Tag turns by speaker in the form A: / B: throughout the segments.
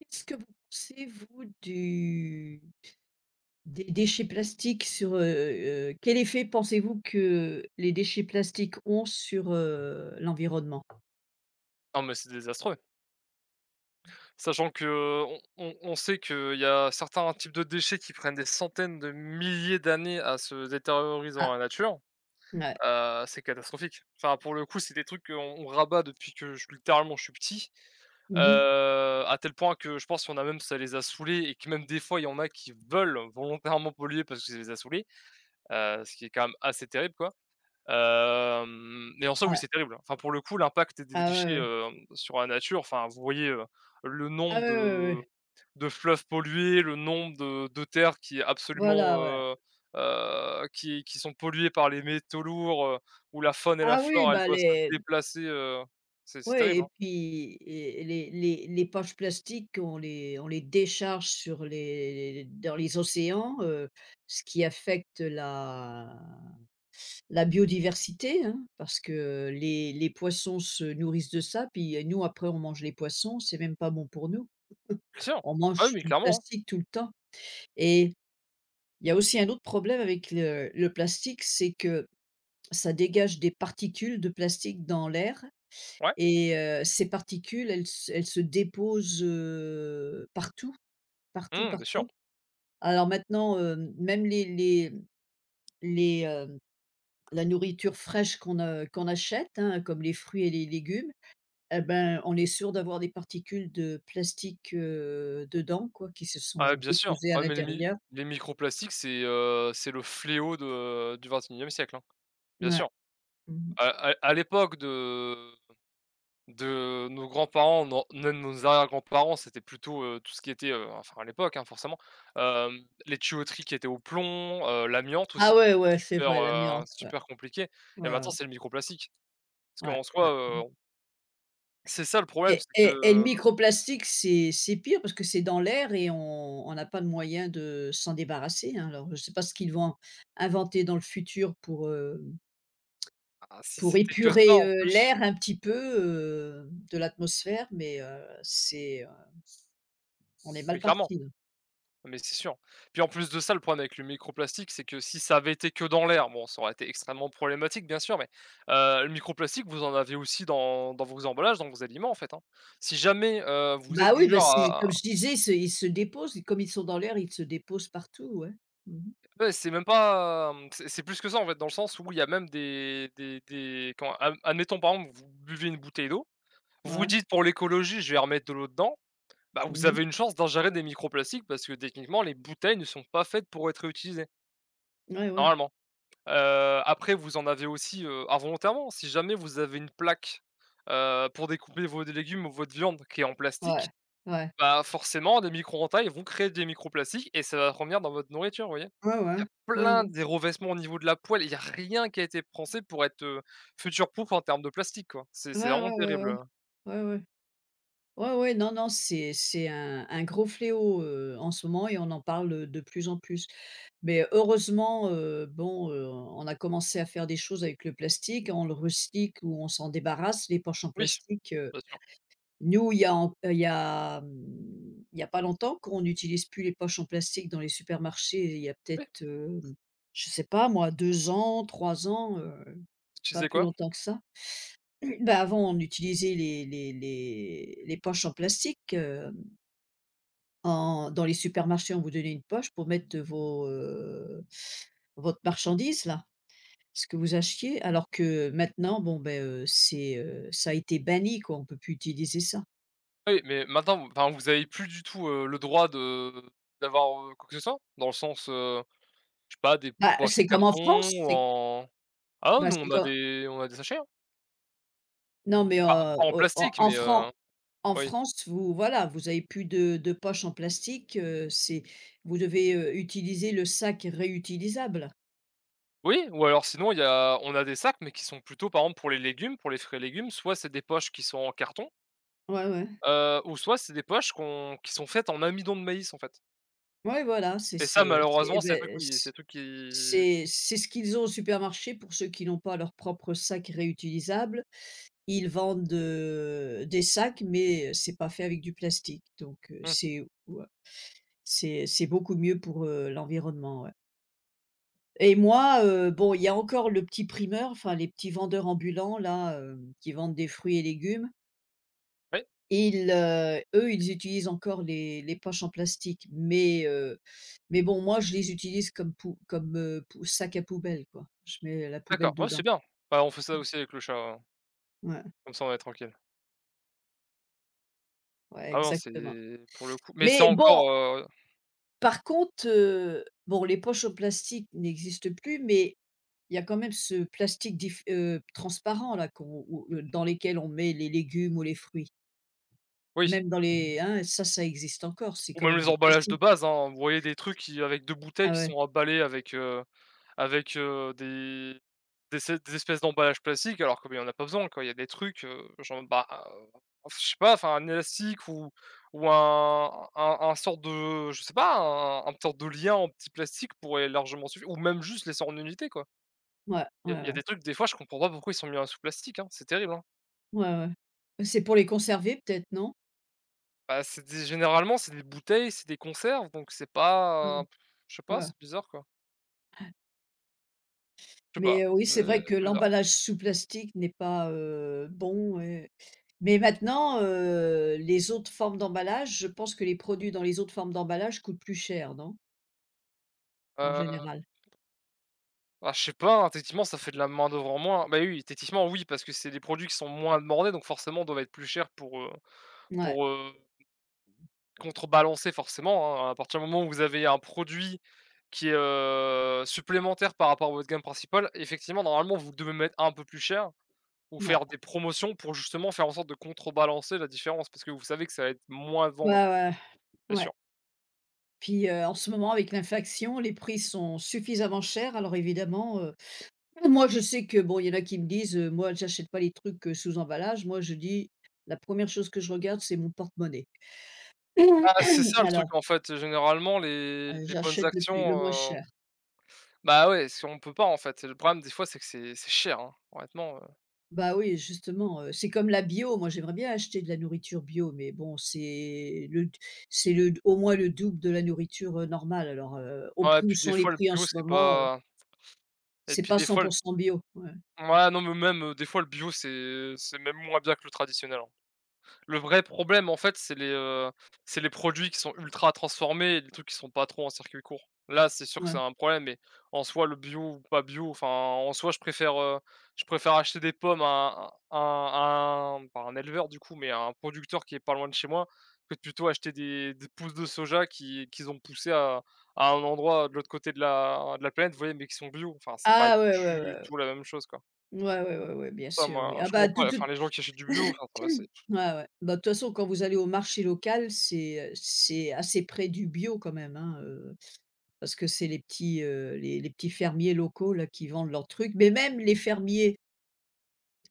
A: Qu'est-ce que vous pensez, vous, du des déchets plastiques sur, quel effet pensez-vous que les déchets plastiques ont sur, l'environnement?
B: Non, mais c'est désastreux. Sachant qu'on on sait qu'il y a certains types de déchets qui prennent des centaines de milliers d'années à se détérioriser dans
A: Ah,
B: la nature,
A: ouais.
B: c'est catastrophique. Enfin, pour le coup, c'est des trucs qu'on on rabat depuis que je littéralement je suis petit, heu,
A: Mmh.
B: à tel point que je pense qu'on a même ça les a saoulés et que même des fois, il y en a qui veulent volontairement polluer parce que ça les a saoulés, ce qui est quand même assez terrible, quoi. Mais en soi, oui,
A: Ouais.
B: c'est terrible, hein. Enfin, pour le coup, l'impact des
A: Ah ouais,
B: déchets,
A: ouais.
B: sur la nature, enfin, vous voyez, le
A: Ah
B: nombre
A: ouais, ouais,
B: de
A: ouais.
B: de fleuves pollués, le nombre de terres qui est absolument,
A: Voilà, ouais.
B: heu qui sont polluées par les métaux lourds, où la faune et la
A: Ah oui,
B: flore, elle
A: bah,
B: doit se
A: les
B: déplacer, c'est
A: ouais
B: terrible,
A: et
B: hein.
A: puis et les poches plastiques, on les décharge sur les dans les océans, ce qui affecte la biodiversité, hein, parce que les poissons se nourrissent de ça, puis, nous après on mange les poissons, c'est même pas bon pour nous.
B: Bien sûr.
A: On
B: Ah oui,
A: mange
B: mais
A: du
B: clairement, hein.
A: plastique tout le temps et il y a aussi un autre problème avec le plastique, c'est que ça dégage des particules de plastique dans l'air
B: Ouais.
A: et ces particules, elles se déposent, partout, partout,
B: Mmh, bien sûr.
A: partout. Alors maintenant, même les, heu, la nourriture fraîche qu'on achète, hein, comme les fruits et les légumes. Eh ben, on est sûr d'avoir des particules de plastique, dedans quoi, qui se
B: Ah,
A: sont
B: bien sûr.
A: déposées à
B: Ah,
A: l'intérieur.
B: les microplastiques, c'est le fléau de du vingt et unième siècle, hein. Bien
A: Ouais.
B: sûr.
A: Mmh.
B: À l'époque de nos grands-parents, non même nos arrière-grands-parents, c'était plutôt, tout ce qui était, enfin à l'époque, hein, forcément, les tuyauteries qui étaient au plomb, l'amiante aussi,
A: Ah
B: qui
A: ouais,
B: était
A: ouais, c'est
B: super,
A: vrai, l'amiante, ouais.
B: super compliqué et
A: Ouais, ouais,
B: maintenant c'est le microplastique. Parce
A: ouais,
B: qu'en
A: ouais
B: soi, heu, c'est ça le problème,
A: et
B: c'est
A: et le
B: que,
A: microplastique, c'est pire parce que c'est dans l'air et on n'a pas de moyen de s'en débarrasser, hein. Alors, je ne sais pas ce qu'ils vont inventer dans le futur
B: ah, si
A: pour
B: c'était que ça
A: épurer,
B: en plus
A: l'air un petit peu, de l'atmosphère, mais c'est, on est
B: mais
A: mal
B: clairement.
A: parti, là.
B: Mais c'est sûr. Puis en plus de ça, le problème avec le microplastique, c'est que si ça avait été que dans l'air, bon, ça aurait été extrêmement problématique, bien sûr, mais le microplastique, vous en avez aussi dans vos emballages, dans vos aliments, en fait, hein. Si jamais, vous êtes
A: Bah
B: du
A: oui, bah,
B: genre
A: c'est
B: à
A: comme je disais, ils se déposent, comme ils sont dans l'air, ils se déposent partout, ouais. Mmh.
B: ouais, c'est même pas, c'est plus que ça, en fait, dans le sens où il y a même des comment ad admettons, par exemple, vous buvez une bouteille d'eau, vous
A: Ouais.
B: dites : « Pour l'écologie, je vais remettre de l'eau dedans », bah, vous
A: Mmh.
B: avez une chance d'ingérer des microplastiques parce que techniquement, les bouteilles ne sont pas faites pour être réutilisées,
A: Ouais, ouais.
B: normalement. Heu, Après vous en avez aussi, involontairement. Si jamais vous avez une plaque, pour découper vos légumes ou votre viande qui est en plastique,
A: Ouais. Ouais.
B: bah, forcément les micro-entailles vont créer des microplastiques et ça va revenir dans votre nourriture, vous voyez?
A: Ouais, ouais.
B: Il y a
A: Ouais,
B: plein
A: ouais.
B: des revêtements au niveau de la poêle, il y a rien qui a été pensé pour être, future proof en termes de plastique, quoi. C'est
A: Ouais,
B: c'est vraiment
A: ouais, ouais, ouais.
B: terrible,
A: Ouais, ouais. Ouais, ouais, non, non, c'est un gros fléau, en ce moment et on en parle, de plus en plus. Mais heureusement, bon, on a commencé à faire des choses avec le plastique, on le recycle ou on s'en débarrasse. Les poches en
B: oui,
A: plastique,
B: bien sûr.
A: nous, il y a en il y a, il y a pas longtemps qu'on n'utilise plus les poches en plastique dans les supermarchés. Il y a
B: Oui,
A: peut-être, je sais pas moi, 2 ans, 3 ans,
B: tu
A: pas
B: disais
A: plus
B: quoi?
A: longtemps que ça. Bah, avant, on utilisait les poches en plastique, en dans les supermarchés, on vous donnait une poche pour mettre vos, votre marchandise là, ce que vous achetiez. Alors que maintenant, bon, ben c'est, ça a été banni quoi, on peut plus utiliser ça.
B: Oui, mais maintenant, enfin, vous avez plus du tout, le droit de d'avoir, quoi que ce soit, dans le sens, je sais pas, des
A: Bah,
B: poches en
A: c'est comme en
B: carton
A: France,
B: ou
A: c'est
B: en ah non,
A: Bah,
B: nous
A: c'est
B: on a
A: quand
B: des sachets, hein.
A: non, mais
B: Pas en
A: en
B: plastique,
A: en
B: mais
A: Fran En
B: oui.
A: France, vous voilà, vous avez plus de poches en plastique, c'est vous devez, utiliser le sac réutilisable.
B: Oui, ou alors sinon il y a on a des sacs, mais qui sont plutôt par exemple pour les légumes, pour les frais légumes, soit c'est des poches qui sont en carton,
A: Ouais, ouais.
B: ou soit c'est des poches qu'on qui sont faites en amidon de maïs, en fait.
A: Ouais, voilà, c'est
B: Et ça
A: c'est, c'est eh
B: malheureusement c'est des trucs
A: beh,
B: oui c'est
A: c
B: des trucs qui
A: c'est c'est ce qu'ils ont au supermarché pour ceux qui n'ont pas leur propre sac réutilisable. Ils vendent, des sacs, mais c'est pas fait avec du plastique, donc
B: mmh,
A: c'est ouais, c'est beaucoup mieux pour, l'environnement, ouais. Et moi, bon, il y a encore le petit primeur, enfin les petits vendeurs ambulants là, qui vendent des fruits et légumes.
B: oui,
A: Ils, eux, ils utilisent encore les poches en plastique, mais bon, moi, je les utilise comme, pou sac à poubelle, quoi. Je mets la
B: d'accord,
A: poubelle
B: ouais c'est
A: dedans.
B: bien. Bah, on fait ça aussi avec le chat, hein,
A: Ouais,
B: comme ça on est tranquille.
A: ouais,
B: Ah non,
A: exactement.
B: c'est pour le coup mais c'est
A: Mais bon,
B: encore,
A: par contre, bon, les poches en plastique n'existent plus, mais il y a quand même ce plastique dif transparent là qu'on où dans lesquels on met les légumes ou les fruits.
B: oui.
A: Même dans les hein, ça existe encore, c'est
B: Ou
A: quand
B: même
A: même
B: les
A: du
B: emballages de
A: plastique.
B: base, hein. Vous voyez des trucs qui avec 2 bouteilles
A: Ah
B: qui
A: ouais,
B: sont emballées avec, avec, heu, des des espèces d'emballages plastiques alors que, beh, en a pas besoin, quoi. Il y a des trucs, genre, je sais pas, enfin, un élastique ou un un sorte de je sais pas, un sorte de lien en petit plastique pourrait largement suffire ou même juste les laisser en unité, quoi.
A: ouais,
B: Il
A: ouais,
B: y a des
A: ouais,
B: trucs, des fois, je comprends pas pourquoi ils sont mis en sous plastique, hein, c'est terrible, hein.
A: ouais, ouais. C'est pour les conserver peut-être, non?
B: Bah, c'est des généralement, c'est des bouteilles, c'est des conserves donc c'est pas,
A: Mmh,
B: je sais pas,
A: ouais.
B: c'est bizarre, quoi. Je sais pas,
A: Mais oui, c'est vrai que
B: c'est bizarre.
A: l'emballage sous plastique n'est pas, bon et mais maintenant, les autres formes d'emballage, je pense que les produits dans les autres formes d'emballage coûtent plus cher, non? En
B: Heu,
A: général.
B: Bah, je sais pas, hein, techniquement, ça fait de la main-d'œuvre en moins. Bah, oui, techniquement, oui, parce que c'est des produits qui sont moins demandés, donc forcément doivent être plus chers pour,
A: Ouais,
B: pour, heu, contrebalancer forcément, hein. À partir du moment où vous avez un produit qui est, supplémentaire par rapport à votre gamme principale, effectivement, normalement, vous devez mettre un peu plus cher ou
A: ouais.
B: faire des promotions pour justement faire en sorte de contrebalancer la différence parce que vous savez que ça va être moins à vendre,
A: Ouais, ouais,
B: bien
A: ouais.
B: sûr.
A: Puis, en ce moment avec l'inflation, les prix sont suffisamment chers alors évidemment, ah, moi, je sais que bon, il y en a qui me disent, moi, j'achète pas les trucs, sous emballage. Moi, je dis: la première chose que je regarde, c'est mon porte-monnaie».
B: Ah, c'est ça le
A: Alors,
B: truc en fait, généralement les les bonnes
A: j'achète le moins
B: actions,
A: cher.
B: bah, ouais, si on peut pas, en fait. Et le problème des fois, c'est que c'est cher, hein, honnêtement.
A: Bah, oui, justement, c'est comme la bio. Moi, j'aimerais bien acheter de la nourriture bio, mais bon, c'est le au moins le double de la nourriture, normale. Alors, au
B: Ouais,
A: prix où
B: puis des
A: sont les
B: fois le
A: prix en
B: bio,
A: ce
B: c'est
A: moment,
B: pas et
A: c'est
B: puis
A: pas
B: des fois le
A: 100% bio. Ouais,
B: ouais, non, mais même, des fois le bio, c'est même moins bien que le traditionnel, hein. Le vrai problème, en fait, c'est les produits qui sont ultra transformés et les trucs qui sont pas trop en circuit court. Là, c'est sûr que c'est
A: ouais.
B: un problème, mais en soi, le bio ou pas bio, enfin, en soi, je préfère acheter des pommes à un pas un éleveur du coup, mais à un producteur qui est pas loin de chez moi, que de plutôt acheter des pousses de soja qui qu'ils ont poussées à un endroit de l'autre côté de la planète, vous voyez? Mais qui sont bio. Enfin, c'est pas
A: Ah, ouais, ouais, ouais,
B: du
A: ouais.
B: tout la même chose, quoi.
A: Ouais, ouais, ouais, ouais, bien
B: Ça,
A: sûr, oui.
B: moi,
A: Ah,
B: je
A: bah,
B: comprends
A: de
B: pas, enfin,
A: toute.
B: les gens qui achètent du bio, enfin, ça va, c'est
A: Ouais, ouais. Bah, de toute façon, quand vous allez au marché local, c'est assez près du bio quand même, hein, parce que c'est les petits, les petits fermiers locaux là qui vendent leurs trucs. Mais même les fermiers,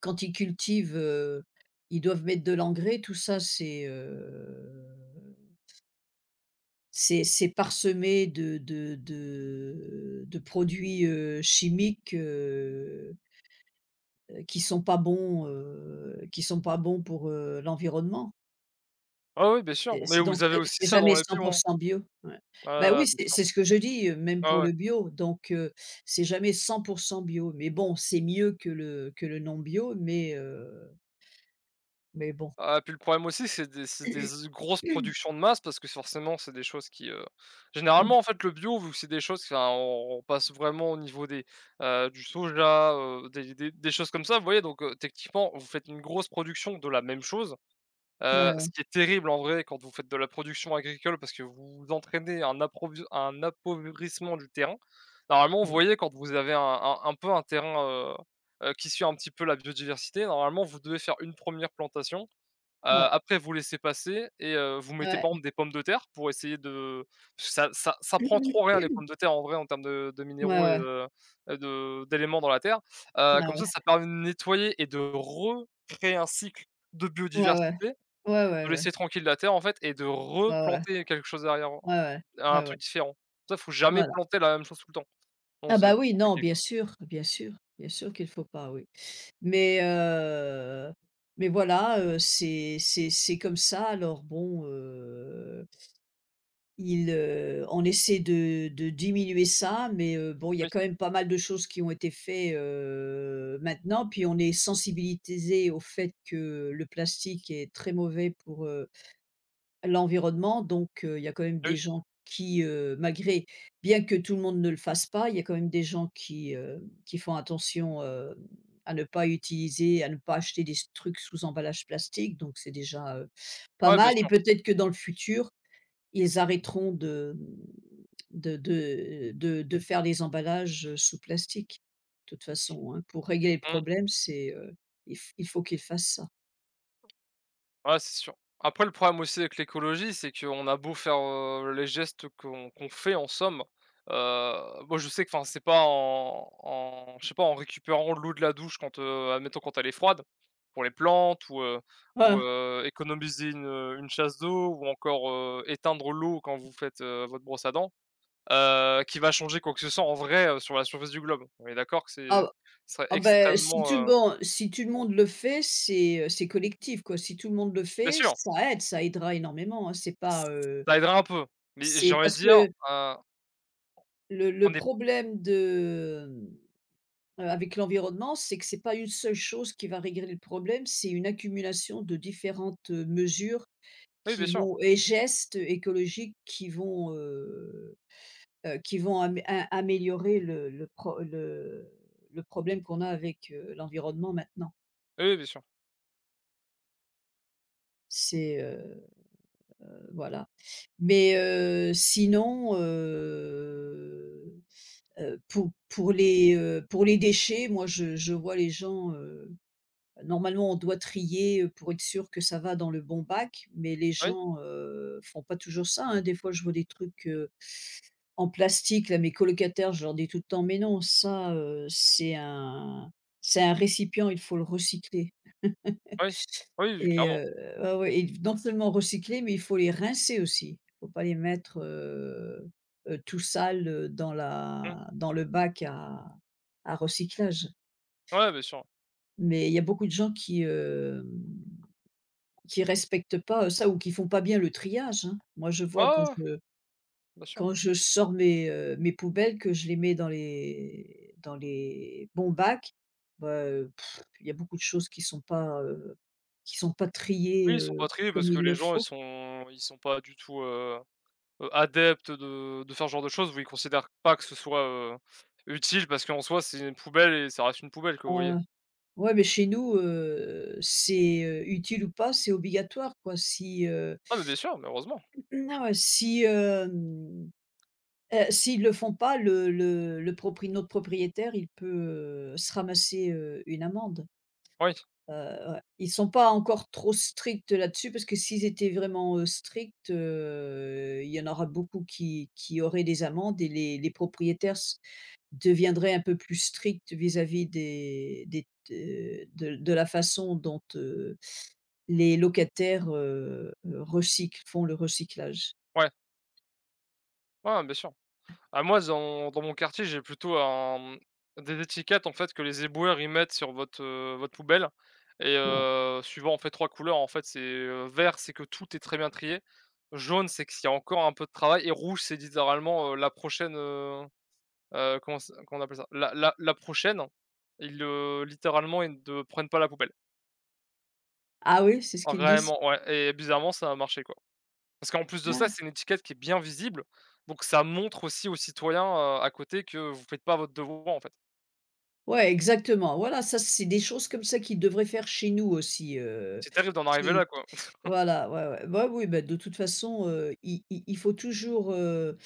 A: quand ils cultivent, ils doivent mettre de l'engrais, tout ça c'est parsemé de produits, chimiques, qui sont pas bons, qui sont pas bons pour, l'environnement.
B: ah oui, bien sûr,
A: Et
B: mais
A: c'est donc
B: vous avez
A: c'est
B: aussi
A: c'est
B: ça dans
A: jamais
B: les bio, hein.
A: 100% bio, ouais. Bah,
B: Ah,
A: oui,
B: bien sûr.
A: c'est ce que je dis, même
B: Ah
A: pour
B: ouais.
A: le bio, donc c'est jamais 100% bio, mais bon, c'est mieux que le non bio, mais bon.
B: Ah, puis le problème aussi, c'est des grosses productions de masse parce que forcément, c'est des choses qui, généralement, en fait, le bio, vu que c'est des choses enfin, on passe vraiment au niveau des, du soja, heu, des choses comme ça, vous voyez? Donc, techniquement, vous faites une grosse production de la même chose. Ce
A: Ouais,
B: qui est terrible en vrai quand vous faites de la production agricole parce que vous entraînez un approvi un appauvrissement du terrain. Normalement, vous voyez quand vous avez un peu un terrain, qui suit un petit peu la biodiversité, normalement vous devez faire une première plantation,
A: ouais,
B: après vous laissez passer et vous mettez
A: ouais,
B: par exemple des pommes de terre pour essayer de parce que ça prend trop rien les pommes de terre en vrai en termes de minéraux et
A: ouais.
B: de d'éléments dans la terre. Comme ça,
A: Ouais,
B: ça permet de nettoyer et de recréer un cycle de
A: ouais,
B: biodiversité
A: ouais, ouais,
B: de
A: ouais.
B: laisser tranquille la terre en fait et de
A: Ouais, ouais,
B: replanter quelque chose derrière,
A: ouais. Ouais, ouais. Ouais, ouais.
B: un
A: Ouais, ouais.
B: truc différent. Ça, faut jamais
A: Voilà.
B: planter la même chose tout le temps. Non,
A: Ah
B: c'est
A: bah,
B: trop
A: oui, non,
B: compliqué,
A: bien
B: quoi.
A: sûr, bien sûr, bien sûr qu'il faut pas, oui. Mais heu, mais voilà, c'est comme ça alors bon, il, on essaie de diminuer ça, mais, bon, il y a
B: Oui,
A: quand même pas mal de choses qui ont été faites maintenant. Puis on est sensibilisés au fait que le plastique est très mauvais pour, l'environnement. Donc, il y a quand même des
B: oui.
A: gens qui, malgré bien que tout le monde ne le fasse pas, il y a quand même des gens qui font attention, à ne pas utiliser, à ne pas acheter des trucs sous emballage plastique. Donc c'est déjà, pas
B: Ouais, bien
A: mal et
B: sûr.
A: peut-être que dans le futur ils arrêteront de faire les emballages sous plastique, de toute façon, hein. Pour régler le
B: Mmh.
A: problème, c'est, il faut qu'ils fassent ça.
B: Ouais, c'est sûr. Après le problème aussi avec l'écologie, c'est qu'on a beau faire, les gestes qu'on fait en somme, heu, moi je sais que enfin c'est pas en je sais pas en récupérant l'eau de la douche quand, admettons quand elle est froide, pour les plantes ou,
A: Ah!
B: économiser une chasse d'eau ou encore, éteindre l'eau quand vous faites, votre brosse à dents, qui va changer quoi que ce soit en vrai, sur la surface du globe. On est d'accord que c'est
A: Ah
B: ce serait
A: ah beh, si
B: extrêmement,
A: tout le monde si tout le monde le fait, c'est collectif, quoi. Si tout le monde le
B: bien
A: fait,
B: sûr,
A: ça aide, ça aidera énormément, hein. C'est pas,
B: ça aiderait un peu, mais j'ai
A: C'est
B: envie de
A: parce
B: dire,
A: que
B: heu
A: le
B: on
A: le
B: est
A: problème de, avec l'environnement, c'est que c'est pas une seule chose qui va régler le problème, c'est une accumulation de différentes, mesures
B: oui, bien
A: qui
B: sûr.
A: vont et gestes écologiques qui vont améliorer le le problème qu'on a avec, l'environnement maintenant.
B: Oui, oui, bien sûr.
A: C'est, voilà. Mais, sinon, pour pour les déchets, moi je vois les gens, normalement on doit trier, pour être sûr que ça va dans le bon bac, mais les
B: Oui,
A: gens, font pas toujours ça, hein. Des fois je vois des trucs, en plastique là, mes colocataires, je leur dis tout le temps: «Mais non, ça, c'est un récipient, il faut le recycler».
B: oui. Oui, oui,
A: Et
B: clairement.
A: ouais, ouais et non seulement recycler, mais il faut les rincer aussi. Il faut pas les mettre, tout sales, dans
B: Mmh.
A: la dans le bac à recyclage.
B: Ouais, bien sûr.
A: Mais il y a beaucoup de gens qui, qui respectent pas, ça ou qui font pas bien le triage, hein. Moi, je
B: Ouais,
A: vois quand
B: ouais, ouais, bien sûr.
A: je sors mes, mes poubelles que je les mets dans les bons bacs, bah, il y a beaucoup de choses qui sont pas
B: Oui,
A: triées,
B: ils sont pas triés
A: comme
B: parce que
A: il
B: les
A: le
B: gens, ils
A: faut.
B: sont ils sont pas du tout, adeptes de faire ce genre de choses où ils considèrent pas que ce soit, utile parce qu'en soi, c'est une poubelle et ça reste une poubelle, quoi,
A: Ouais,
B: vous voyez?
A: ouais. Ouais, mais chez nous, c'est, utile ou pas, c'est obligatoire quoi. Si,
B: Ah, mais bien sûr, mais heureusement.
A: ah ouais, si, s'ils le font pas, le propri notre propriétaire, il peut, se ramasser, une amende.
B: Oui.
A: Ouais. Ils sont pas encore trop stricts là-dessus parce que s'ils étaient vraiment, stricts, il y en aura beaucoup qui auraient des amendes et les propriétaires s deviendraient un peu plus stricts vis-à-vis des t de la façon dont, les locataires, recyclent, font le recyclage.
B: Ouais. Ouais, bien sûr. Ah moi dans mon quartier, j'ai plutôt un des étiquettes en fait que les éboueurs y mettent sur votre, votre poubelle et
A: Ouais.
B: suivant en fait 3 couleurs en fait c'est, vert c'est que tout est très bien trié, jaune c'est qu'il y a encore un peu de travail et rouge c'est littéralement, la prochaine, comment ça comment on appelle ça? La prochaine, ils, littéralement ils ne prennent pas la poubelle.
A: Ah oui, c'est ce qu'ils disent?
B: Vraiment, ouais et bizarrement ça a marché, quoi. Parce qu'en plus de ça,
A: Ah!
B: c'est une étiquette qui est bien visible, donc ça montre aussi aux citoyens, à côté que vous faites pas votre devoir, en fait.
A: Ouais, exactement. Voilà, ça, c'est des choses comme ça qu'ils devraient faire chez nous aussi,
B: C'est terrible d'en arriver
A: qui
B: là, quoi.
A: voilà, ouais, ouais. Bah, oui, bah, de toute façon, il faut toujours,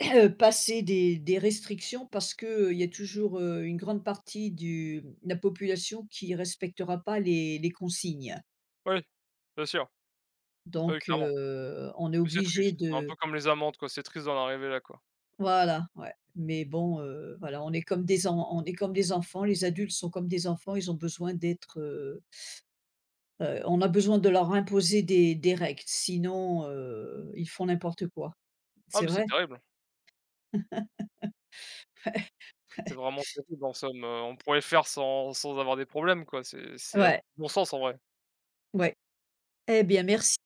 A: passer des restrictions parce qu'il y a toujours, une grande partie du de la population qui respectera pas les les consignes.
B: Oui, bien sûr. Oui,
A: Donc
B: clairement.
A: on est
B: Mais c'est
A: obligé
B: triste, c'est un peu
A: de
B: comme les amendes, quoi, c'est triste d'en arriver là, quoi.
A: voilà, ouais. Mais bon, voilà, on est comme des enfants, les adultes sont comme des enfants, ils ont besoin d'être, on a besoin de leur imposer des règles, sinon, ils font n'importe quoi.
B: Ah,
A: C'est
B: mais c'est
A: vrai?
B: terrible, c'est vraiment terrible en somme, on pourrait faire sans sans avoir des problèmes, quoi, c'est assez
A: Ouais,
B: bon sens en vrai.
A: ouais. Eh bien merci